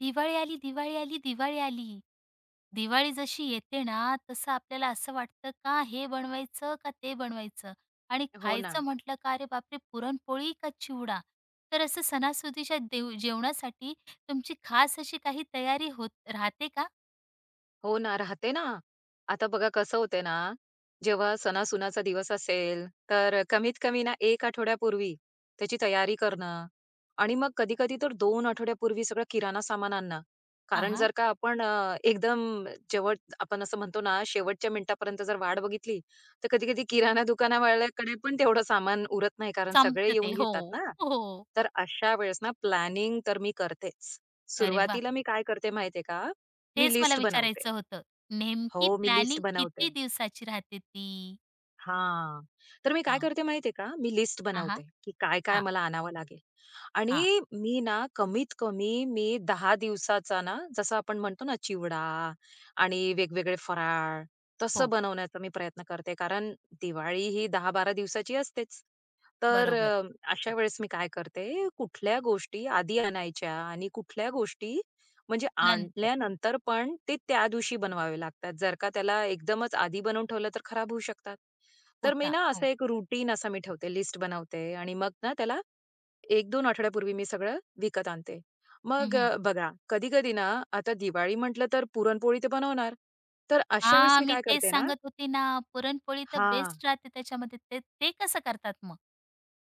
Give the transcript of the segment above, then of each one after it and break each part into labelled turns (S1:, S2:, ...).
S1: दिवाळी आली, दिवाळी आली, दिवाळी आली. दिवाळी जशी येते ना, तसं आपल्याला असं वाटतं का हे बनवायचं का ते बनवायचं आणि
S2: हो ना.
S1: खायचं म्हटलं का अरे बापरे! पुरणपोळी का चिवडा? तर असं सणासुदीच्या देव जेवणासाठी तुमची खास अशी काही तयारी होत राहते का?
S2: हो ना, राहते ना. आता बघा कसं होते ना, जेव्हा सणासुनाचा दिवस असेल, तर कमीत कमी ना 1 आठवड्यापूर्वी त्याची तयारी करणं आणि मग कधी-कधी तर 2 आठवड्यापूर्वी सगळं किराणा सामान आणणं.
S1: हां,
S2: कारण
S1: हां.
S2: जर का आपण एकदम शेवट आपण असं म्हणतो ना, शेवटच्या मिनिटापर्यंत जर वाट बघितली, तर कधी-कधी किराणा दुकानवाल्याकडे पण तेवढं सामान उरत नाही, कारण सगळे
S1: संपतं ते.
S2: येऊन
S1: हो,
S2: घेतात ना.
S1: हो.
S2: तर अशा वेळेस ना प्लॅनिंग तर मी करतेच.
S1: अरे वाह!
S2: सुरुवातीला मी काय करते माहिती का? मी
S1: तेच मला
S2: लिस्ट बनवते.
S1: विचारायचं होतं.
S2: हो,
S1: नेमकी
S2: मी
S1: प्लॅनिंग
S2: लिस्ट
S1: किती
S2: बनवते.
S1: दिवसाची राहते ती?
S2: हां. तर मी काय
S1: हां.
S2: करते माहितीये का? मी लिस्ट
S1: हां, हां.
S2: बनवते, की काय-काय
S1: हां,
S2: मला आणावं लागेल.
S1: हां.
S2: आणि मी ना कमीत कमी मी 10 दिवसाचा ना, जसं आपण म्हणतो ना चिवडा आणि वेगवेगळे फराळ, तसं
S1: हो.
S2: बनवण्याचा मी प्रयत्न करते. कारण दिवाळी ही 10-12 दिवसाची असतेच. तर
S1: बरोबर.
S2: अ, अशा वेळेस मी काय करते, कुठल्या गोष्टी आधी आणायच्या आणि कुठल्या गोष्टी म्हणजे
S1: नंतर
S2: आणल्यानंतर पण ते त्या दिवशी बनवावे लागतात. जर का त्याला एकदमच आधी बनवून ठेवलं तर खराब होऊ शकतात. तर मी
S1: होता.
S2: ना
S1: हो.
S2: असं एक रुटीन असा मी ठेवते, लिस्ट बनवते आणि मग ना त्याला 1-2 आठवड्यापूर्वी मी सगळं विकत आणते. बघा कधी-कधी ना आता दिवाळी म्हटलं तर पुरणपोळी तर बनवणार. तर अशा वेळेस
S1: हां,
S2: मी
S1: मी
S2: काय
S1: तेच
S2: करते ना
S1: सांगत होते ना, पुरणपोळी तर
S2: हां,
S1: बेस्ट राहते त्याच्यामध्ये. ते ते कसं करतात मग?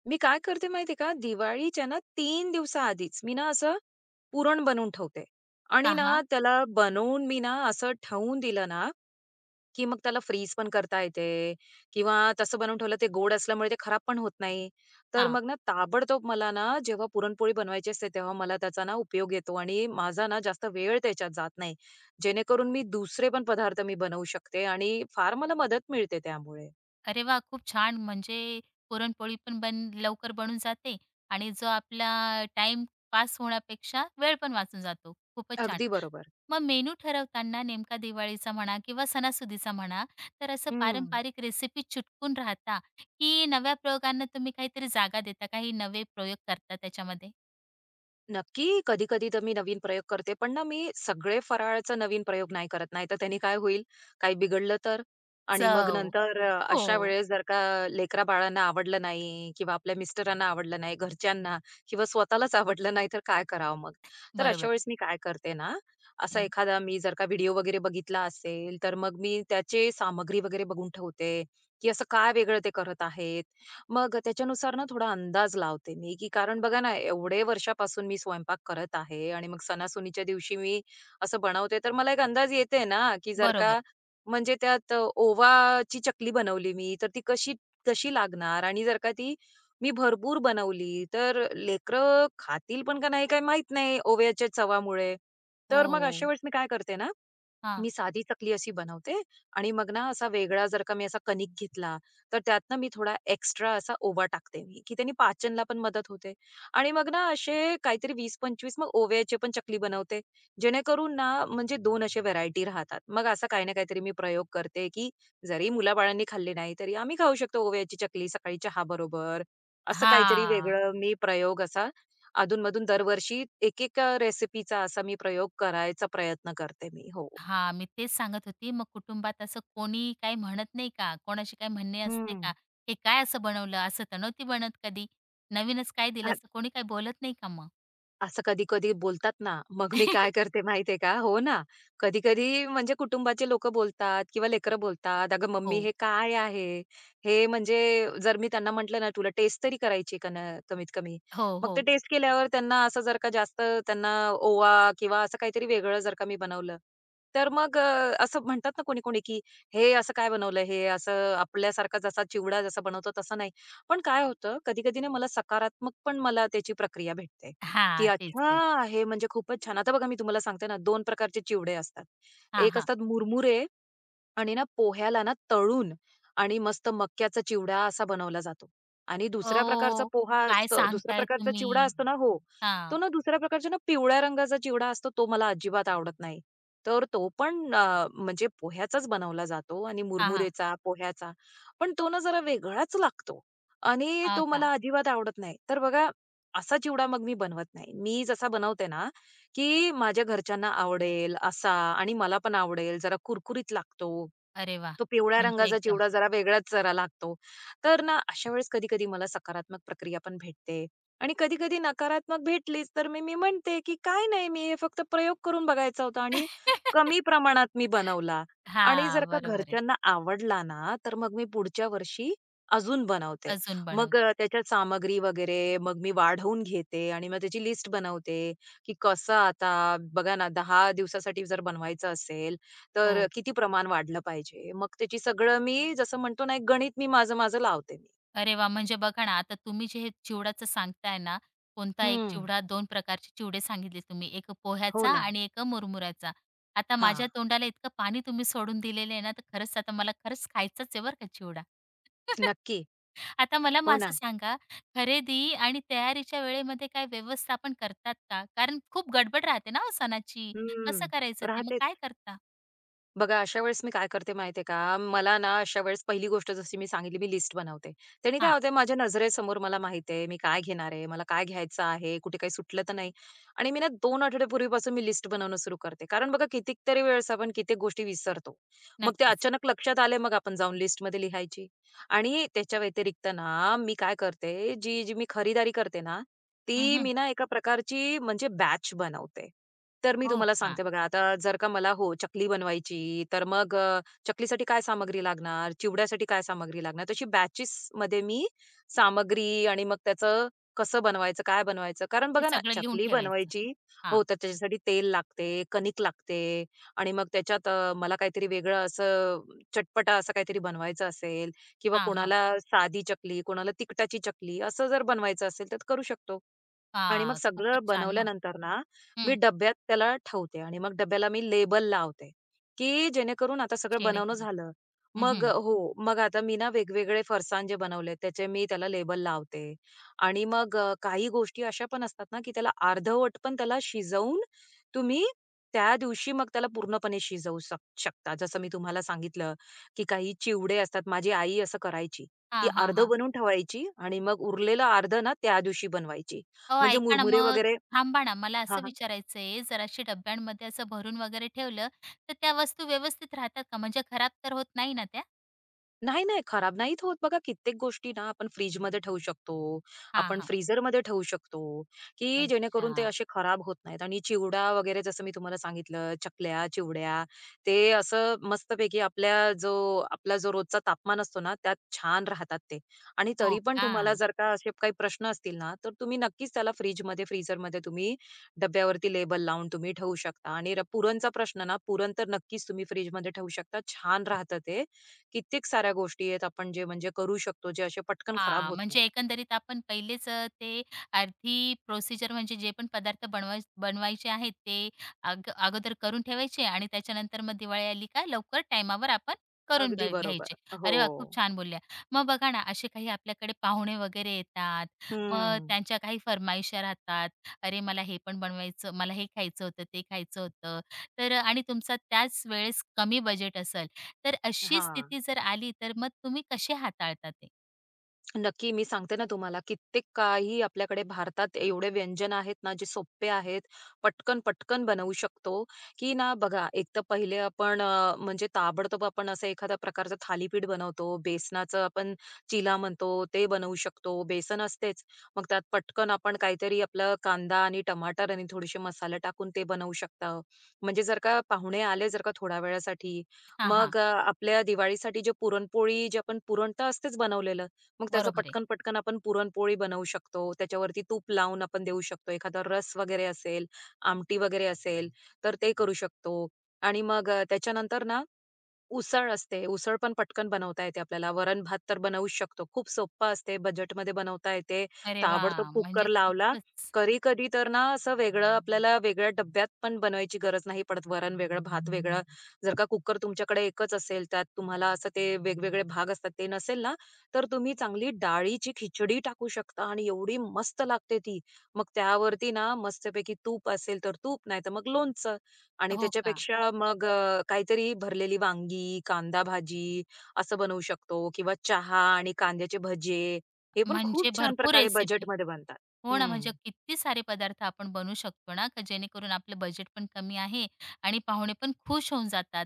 S2: मी काय करते माहिती आहे का? दिवाळीच्या ना 3 दिवसाआधीच मी ना असं पुरण बनवून ठेवते आणि
S1: हां,
S2: ना
S1: हां,
S2: त्याला बनवून मी ना असं ठेवून दिलं ना, की मग त्याला फ्रीज पण करता येते किंवा तसं बनवून ठेवलं ते गोड असल्यामुळे ते खराब पण होत नाही. तर
S1: हां.
S2: मग ना ताबडतोब मला ना जेव्हा पुरणपोळी बनवायची असते तेव्हा मला त्याचा ना उपयोग येतो आणि माझा ना जास्त वेळ त्याच्यात जात नाही. जेणेकरून मी दुसरे पण पदार्थ मी बनवू शकते आणि फार मला मदत मिळते त्यामुळे.
S1: अरे वाह! खूप छान. म्हणजे पुरणपोळी पण लवकर बनून जाते आणि जो आपला टाइम पास होण्यापेक्षा वेळ पण वाचून जातो. खूपच छान.
S2: अगदी बरोबर.
S1: मग मेनू ठरवताना नेमका दिवाळीचा म्हणा किंवा सणासुदीचा म्हणा, तर असं
S2: हं.
S1: पारंपरिक रेसिपी चिटकून राहता, की नव्या प्रयोगांना तुम्ही काहीतरी जागा देता, काही नवे प्रयोग करता त्याच्यामध्ये?
S2: नक्की, कधी-कधी तर मी नवीन प्रयोग करते. पण ना, मी सगळे फराळाचा नवीन प्रयोग नाही करत. नाहीतर त्याने काय होईल, काही बिघडलं तर? आणि मग
S1: चव.
S2: नंतर
S1: हो,
S2: अशा वेळेस जर का लेकरा-बाळांना आवडलं नाही किंवा आपल्या मिस्टरांना आवडलं नाही, घरच्यांना किंवा स्वतःलाच आवडलं नाही, तर काय करावं मग? तर
S1: बरोबर
S2: अशा
S1: आहे.
S2: वेळेस मी काय करते ना, असा
S1: हं,
S2: एखादा मी जर का व्हिडिओ वगैरे बघितला असेल, तर मग मी त्याचे सामग्री वगैरे बघून ठेवते, की असं काय वेगळं ते करत आहेत? मग त्याच्यानुसार ना थोडा अंदाज लावते मी, की कारण बघा ना, एवढे वर्षापासून मी स्वयंपाक करत आहे आणि मग सणासुदीच्या दिवशी मी असं बनवते, तर मला एक अंदाज येते ना, की जर
S1: बरोबर.
S2: का म्हणजे त्यात ओवाची चकली बनवली मी, तर ती कशी कशी लागणार आणि जर का ती मी भरपूर बनवली, तर लेकरं खातील पण का नाही काही माहीत नाही ओव्याच्या चवामुळे. तर मग अशा
S1: हो.
S2: वेळेस मी काय करते ना
S1: हां.
S2: मी साधी चकली अशी बनवते आणि मग ना असा वेगळा जर का मी असा कणिक घेतला, तर त्यात ना मी थोडा एक्स्ट्रा असा ओवा टाकते मी, की त्याने पाचनला पण मदत होते. आणि मग ना असे काहीतरी 20-25 मग ओव्याचे पण चकली बनवते. जेणेकरून ना म्हणजे 2 असे व्हेरायटी राहतात. मग असा काही ना काहीतरी मी प्रयोग करते, की जरी मुलाबाळांनी खाल्ली नाही, तरी आम्ही खाऊ शकतो ओव्याची चकली सकाळी चहाबरोबर. असं काहीतरी
S1: हां.
S2: वेगळं मी प्रयोग असा अधून दरवर्षी एक-एक रेसिपीचा असा मी प्रयोग करायचा प्रयत्न करते मी. हो.
S1: हां, मी तेच सांगत होती. मग कुटुंबात असं कोणी काही म्हणत नाही का? कोणाशी काही म्हणणे असते का?
S2: हं.
S1: "हे काय असं बनवलं?" असं तर नव्हती बनत कधी. नवीनच काय दिलं
S2: आ,
S1: असं कोणी काही बोलत नाही का मग?
S2: असं कधी-कधी बोलतात ना, मग मी काय करते माहितीये का हो ना. कधी-कधी म्हणजे कुटुंबाचे लोकं बोलतात किंवा लेकरं बोलतात, "अगं मम्मी
S1: हो.
S2: हे काय आहे? हे म्हणजे" जर मी त्यांना म्हटलं ना, "तुला टेस्ट तरी करायची का ना कमीत कमी."
S1: हो,
S2: मग ते
S1: हो.
S2: टेस्ट केल्यावर त्यांना असं जर का जास्त त्यांना ओवा किंवा असं काहीतरी वेगळं जर का मी बनवलं, तर मग असं म्हणतात ना कोणी-कोणी, की "हे असं काय बनवलं? हे असं आपल्यासारखा जसा चिवडा जसा बनवतो तसा नाही." पण काय होतं कधी-कधी ना मला सकारात्मक पण मला त्याची प्रक्रिया भेटते. की
S1: हां, तेच, तेच.
S2: अच्छा हे म्हणजे खूपच छान. आता बघा मी तुम्हाला सांगते ना 2 प्रकारचे चिवडे असतात.
S1: हां,
S2: एक
S1: हां.
S2: असतात मुरमुरे आणि ना पोह्याला ना तळून आणि मस्त मक्याचा चिवडा असा बनवला जातो. आणि दुसऱ्या प्रकारचा
S1: "ओ,
S2: पोहा
S1: काय
S2: असतो दुसऱ्या
S1: सांगताय
S2: प्रकारचा चिवडा
S1: तुम्ही?"
S2: असतो ना हो.
S1: हां.
S2: तो ना दुसऱ्या प्रकारच्या ना पिवळ्या रंगाचा चिवडा असतो तो मला अजिबात आवडत नाही. तर तो पण म्हणजे पोह्याचाच बनवला जातो आणि
S1: हां, हां.
S2: मुरमुरेचा, पोह्याचा. पण तो ना जरा वेगळाच लागतो आणि
S1: हां
S2: तो
S1: का?
S2: मला अजिबात आवडत नाही. तर बघा असा चिवडा मग मी बनवत नाही. मी जसा बनवते ना, की माझ्या घरच्यांना आवडेल असा आणि मला पण आवडेल, जरा कुरकुरीत लागतो.
S1: अरे वाह!
S2: तो पिवळ्या
S1: म्हणजे
S2: रंगाचा
S1: एकदम.
S2: चिवडा जरा वेगळाच जरा लागतो. तर ना अशा वेळेस कधी-कधी मला सकारात्मक प्रक्रिया पण भेटते आणि कधी-कधी नकारात्मक भेटलीच, तर मी मी म्हणते की "काय नाही, मी हे फक्त प्रयोग करून बघायचा होता आणि कमी प्रमाणात मी बनवला." आणि जर
S1: हां,
S2: का
S1: बरोबर आहे.
S2: घरच्यांना आवडला ना, तर मग मी पुढच्या वर्षी अजून बनवते.
S1: अजून बनवतो.
S2: त्याच्यात सामग्री वगैरे मग मी वाढवून घेते आणि मग त्याची लिस्ट बनवते की कसं आता बघा ना 10 दिवसासाठी जर बनवायचं असेल, तर
S1: हो.
S2: किती प्रमाण वाढलं पाहिजे? मग त्याची सगळं मी जसं म्हणतो ना, एक गणित मी माझं-माझं लावते मी.
S1: अरे वा म्हणजे बघा ना, आता तुम्ही जे हे चिवड्याचं सांगताय ना, कोणता एक
S2: हं.
S1: चिवडा 2 प्रकारचे चिवडे सांगितले तुम्ही. एक
S2: हो
S1: पोह्याचा
S2: ना.
S1: आणि एक मुरमुऱ्याचा. आता माझ्या
S2: हां.
S1: तोंडाला इतकं पाणी तुम्ही सोडून दिलेलं आहे ना, तर खरंच आता मला खरंच खायचंच आहे बरं का चिवडा.
S2: नक्की.
S1: आता मला
S2: हो
S1: मग असं
S2: ना.
S1: सांगा, खरेदी आणि तयारीच्या वेळेमध्ये काय व्यवस्थापन करतात का? कारण खूप गडबड राहते ना हो सणाची. कसं
S2: हं.
S1: करायचं ते? मग
S2: राहते
S1: काय करता?
S2: बघा, अशा वेळेस मी काय करते माहिती आहे का? मला ना अशा वेळेस पहिली गोष्ट जशी मी सांगितली मी लिस्ट बनवते. त्याने
S1: हां,
S2: काय होतंय माझ्या नजरेसमोर मला माहीत मी काय घेणार आहे, मला काय घ्यायचं आहे, कुठे काही सुटलं तर नाही. आणि मी ना 2 आठवड्यापूर्वीपासून मी लिस्ट बनवणं सुरू करते. कारण बघा कितीतरी वेळेस आपण कित्येक गोष्टी विसरतो. मग ते
S1: नक्कीच.
S2: अचानक लक्षात आले मग आपण जाऊन लिस्टमध्ये लिहायची. आणि त्याच्या व्यतिरिक्त ना मी काय करते जी मी खरीदारी करते ना, ती
S1: हं,
S2: मी ना एका प्रकारची म्हणजे बॅच बनवते. तर मी
S1: हो
S2: तुम्हाला
S1: का?
S2: सांगते बघा, आता जर का मला हो, चकली बनवायची, तर मग चकलीसाठी काय सामग्री लागणार, चिवड्यासाठी काय सामग्री लागणार, तशी बॅचेसमध्ये मी सामग्री आणि मग त्याचं कसं बनवायचं, काय बनवायचं. कारण
S1: ते
S2: बघा ना,
S1: सगळं लिहून
S2: चकली
S1: ठेवायचं.
S2: बनवायची
S1: हां,
S2: हो, तर त्याच्यासाठी तेल लागते, कणिक लागते आणि मग त्याच्यात मला काहीतरी वेगळं असं चटपटा असं काहीतरी बनवायचं असेल किंवा
S1: हां, हां.
S2: कोणाला साधी चकली, कोणाला तिखटाची चकली असं जर बनवायचं असेल, तर करू शकतो. आणि मग
S1: हां,
S2: सगळं
S1: खूपच छान मग.
S2: बनवल्यानंतर ना, मी
S1: हं,
S2: डब्यात त्याला ठेवते आणि मग डब्याला मी लेबल लावते, की जेणेकरून आता सगळं बनवणं
S1: जेणेकरून
S2: झालं.
S1: हं,
S2: मग
S1: हं.
S2: हो, मग आता मी ना वेगवेगळे फरसाण जे बनवले त्याचे मी त्याला लेबल लावते आणि मग काही गोष्टी अशा पण असतात ना, की त्याला अर्धवट पण त्याला शिजवून तुम्ही त्या दिवशी मग त्याला पूर्णपणे शिजवू शकता. जसं मी तुम्हाला सांगितलं, की काही चिवडे असतात. माझी आई असं करायची, की
S1: हां, हां, हां.
S2: अर्धं बनवून ठेवायची आणि मग उरलेलं अर्धं ना त्या दिवशी बनवायची.
S1: अहो,
S2: म्हणजे
S1: ऐका ना,
S2: मुरमुरे
S1: मग
S2: वगैरे
S1: थांबा ना, मला
S2: हां,
S1: असं
S2: हां.
S1: विचारायचं आहे, डब्यांमध्ये असं भरून वगैरे ठेवलं, तर त्या वस्तू व्यवस्थित राहतात का? म्हणजे खराब तर होत नाही ना त्या?
S2: नाही, नाही, खराब नाहीच होत. बघा कित्येक गोष्टी ना आपण फ्रिजमध्ये ठेवू शकतो,
S1: हां,
S2: आपण
S1: हां.
S2: फ्रीझरमध्ये ठेवू शकतो, की
S1: अच्छा.
S2: जेणेकरून ते असे खराब होत नाहीत. आणि चिवडा वगैरे जसं मी तुम्हाला सांगितलं, चकल्या, चिवड्या ते असं मस्तपैकी आपल्या जो आपला जो रोजचा तापमान असतो ना, त्यात छान राहतात ते. आणि
S1: हो
S2: तरी पण
S1: का?
S2: तुम्हाला जर का असे काही प्रश्न असतील ना, तर तुम्ही नक्कीच त्याला फ्रिजमध्ये, फ्रीझरमध्ये तुम्ही डब्यावरती लेबल लावून तुम्ही ठेवू शकता. आणि र पुरणचा प्रश्न ना, पुरण तर नक्कीच तुम्ही फ्रिजमध्ये ठेवू शकता. छान राहतं ते कित्येक साऱ्या गोष्टी आहेत आपण जे म्हणजे करू शकतो, जे असे पटकन खराब
S1: हां,
S2: होत
S1: म्हणजे
S2: नाहीत.
S1: एकंदरीत आपण पहिलेच ते अर्धी प्रोसिजर म्हणजे जे पण पदार्थ बनवायचे आहेत ते अगोदर करून ठेवायचे आणि त्याच्यानंतर मग दिवाळी आली का लवकर टाईमावर आपण करून
S2: अगदी
S1: घ्यायचे.
S2: बरोबर. हो.
S1: अरे वाह! खूप छान बोलल्या. मग बघा ना असे काही आपल्याकडे पाहुणे वगैरे येतात, मग
S2: हं.
S1: त्यांच्या काही फरमाईशा राहतात. "अरे मला हे पण बनवायचं, मला हे खायचं होतं, ते खायचं होतं." तर आणि तुमचा त्याच वेळेस कमी बजेट असेल, तर अशी
S2: हां.
S1: स्थिती जर आली तर मग तुम्ही कसे हाताळता ते?
S2: नक्की. मी सांगते ना तुम्हाला, कित्येक काही आपल्याकडे भारतात एवढे व्यंजन आहेत ना, जे सोपे आहेत, पटकन-पटकन बनवू शकतो, की ना बघा, एक तर पहिले आपण म्हणजे ताबडतोब आपण असं एखाद्या प्रकारचं थालीपीठ बनवतो. बेसनाचं आपण चिला म्हणतो, ते बनवू शकतो. बेसन असतेच. मग त्यात पटकन आपण काहीतरी आपलं कांदा आणि टमाटर आणि थोडेसे मसाले टाकून ते बनवू शकता. म्हणजे जर का पाहुणे आले जर का थोड्या वेळासाठी,
S1: हां, हां.
S2: मग आपल्या दिवाळीसाठी जे पुरणपोळी, जे आपण पुरण तर असतेच बनवलेलं. मग त्याचं
S1: बरोबर आहे.
S2: पटकन-पटकन आपण पुरणपोळी बनवू शकतो. त्याच्यावरती तूप लावून आपण देऊ शकतो. एखादा रस वगैरे असेल, आमटी वगैरे असेल, तर ते करू शकतो. आणि मग त्याच्यानंतर ना उसळ असते. उसळ पण पटकन बनवता येते आपल्याला. वरण-भात तर बनवूच शकतो. खूप सोप्पं असते. बजेटमध्ये बनवता येते.
S1: अरे
S2: ताबडतोब
S1: वाह! म्हणजे
S2: कुकर लावला.
S1: खूपच
S2: कधी-कधी तर ना असं वेगळं आपल्याला वेगळ्या डब्यात पण बनवायची गरज नाही पडत. वरण वेगळं, भात वेगळं. जर का कुकर तुमच्याकडे एकच असेल, त्यात तुम्हाला असं ते वेगवेगळे भाग असतात ते नसेल ना, तर तुम्ही चांगली डाळीची खिचडी टाकू शकता आणि एवढी मस्त लागते ती. मग त्यावरती ना मस्तपैकी तूप असेल तर तूप, नाहीतर मग लोणचं. आणि
S1: हो का?
S2: त्याच्यापेक्षा मग काहीतरी भरलेली वांगी, कांदा भाजी असं बनवू शकतो किंवा चहा आणि कांद्याचे भजे, हे पण
S1: म्हणजे
S2: खूप छान
S1: भरपूर
S2: प्रकारे
S1: रेसिपी.
S2: बजेटमध्ये बनतात.
S1: हो ना,
S2: हं.
S1: म्हणजे किती सारे पदार्थ आपण बनवू शकतो ना, का जेणेकरून आपलं बजेट पण कमी आहे आणि पाहुणे पण खुश होऊन जातात.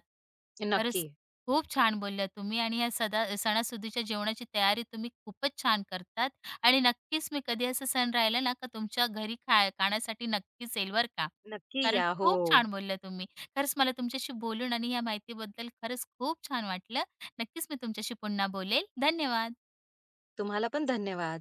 S1: खरंच
S2: नक्की.
S1: खूप छान बोलल्या तुम्ही आणि या सदा सणासुदीच्या जेवणाची तयारी तुम्ही खूपच छान करतात आणि नक्कीच मी कधी असं सण राहिला ना, का तुमच्या घरी खाण्यासाठी नक्कीच येईल बरं का.
S2: नक्की
S1: कारण
S2: या. हो.
S1: खूप छान बोलल्या तुम्ही. खरंच मला तुमच्याशी बोलून आणि या माहितीबद्दल खरंच खूप छान वाटलं. नक्कीच मी तुमच्याशी पुन्हा बोलेल. धन्यवाद.
S2: तुम्हाला पण धन्यवाद.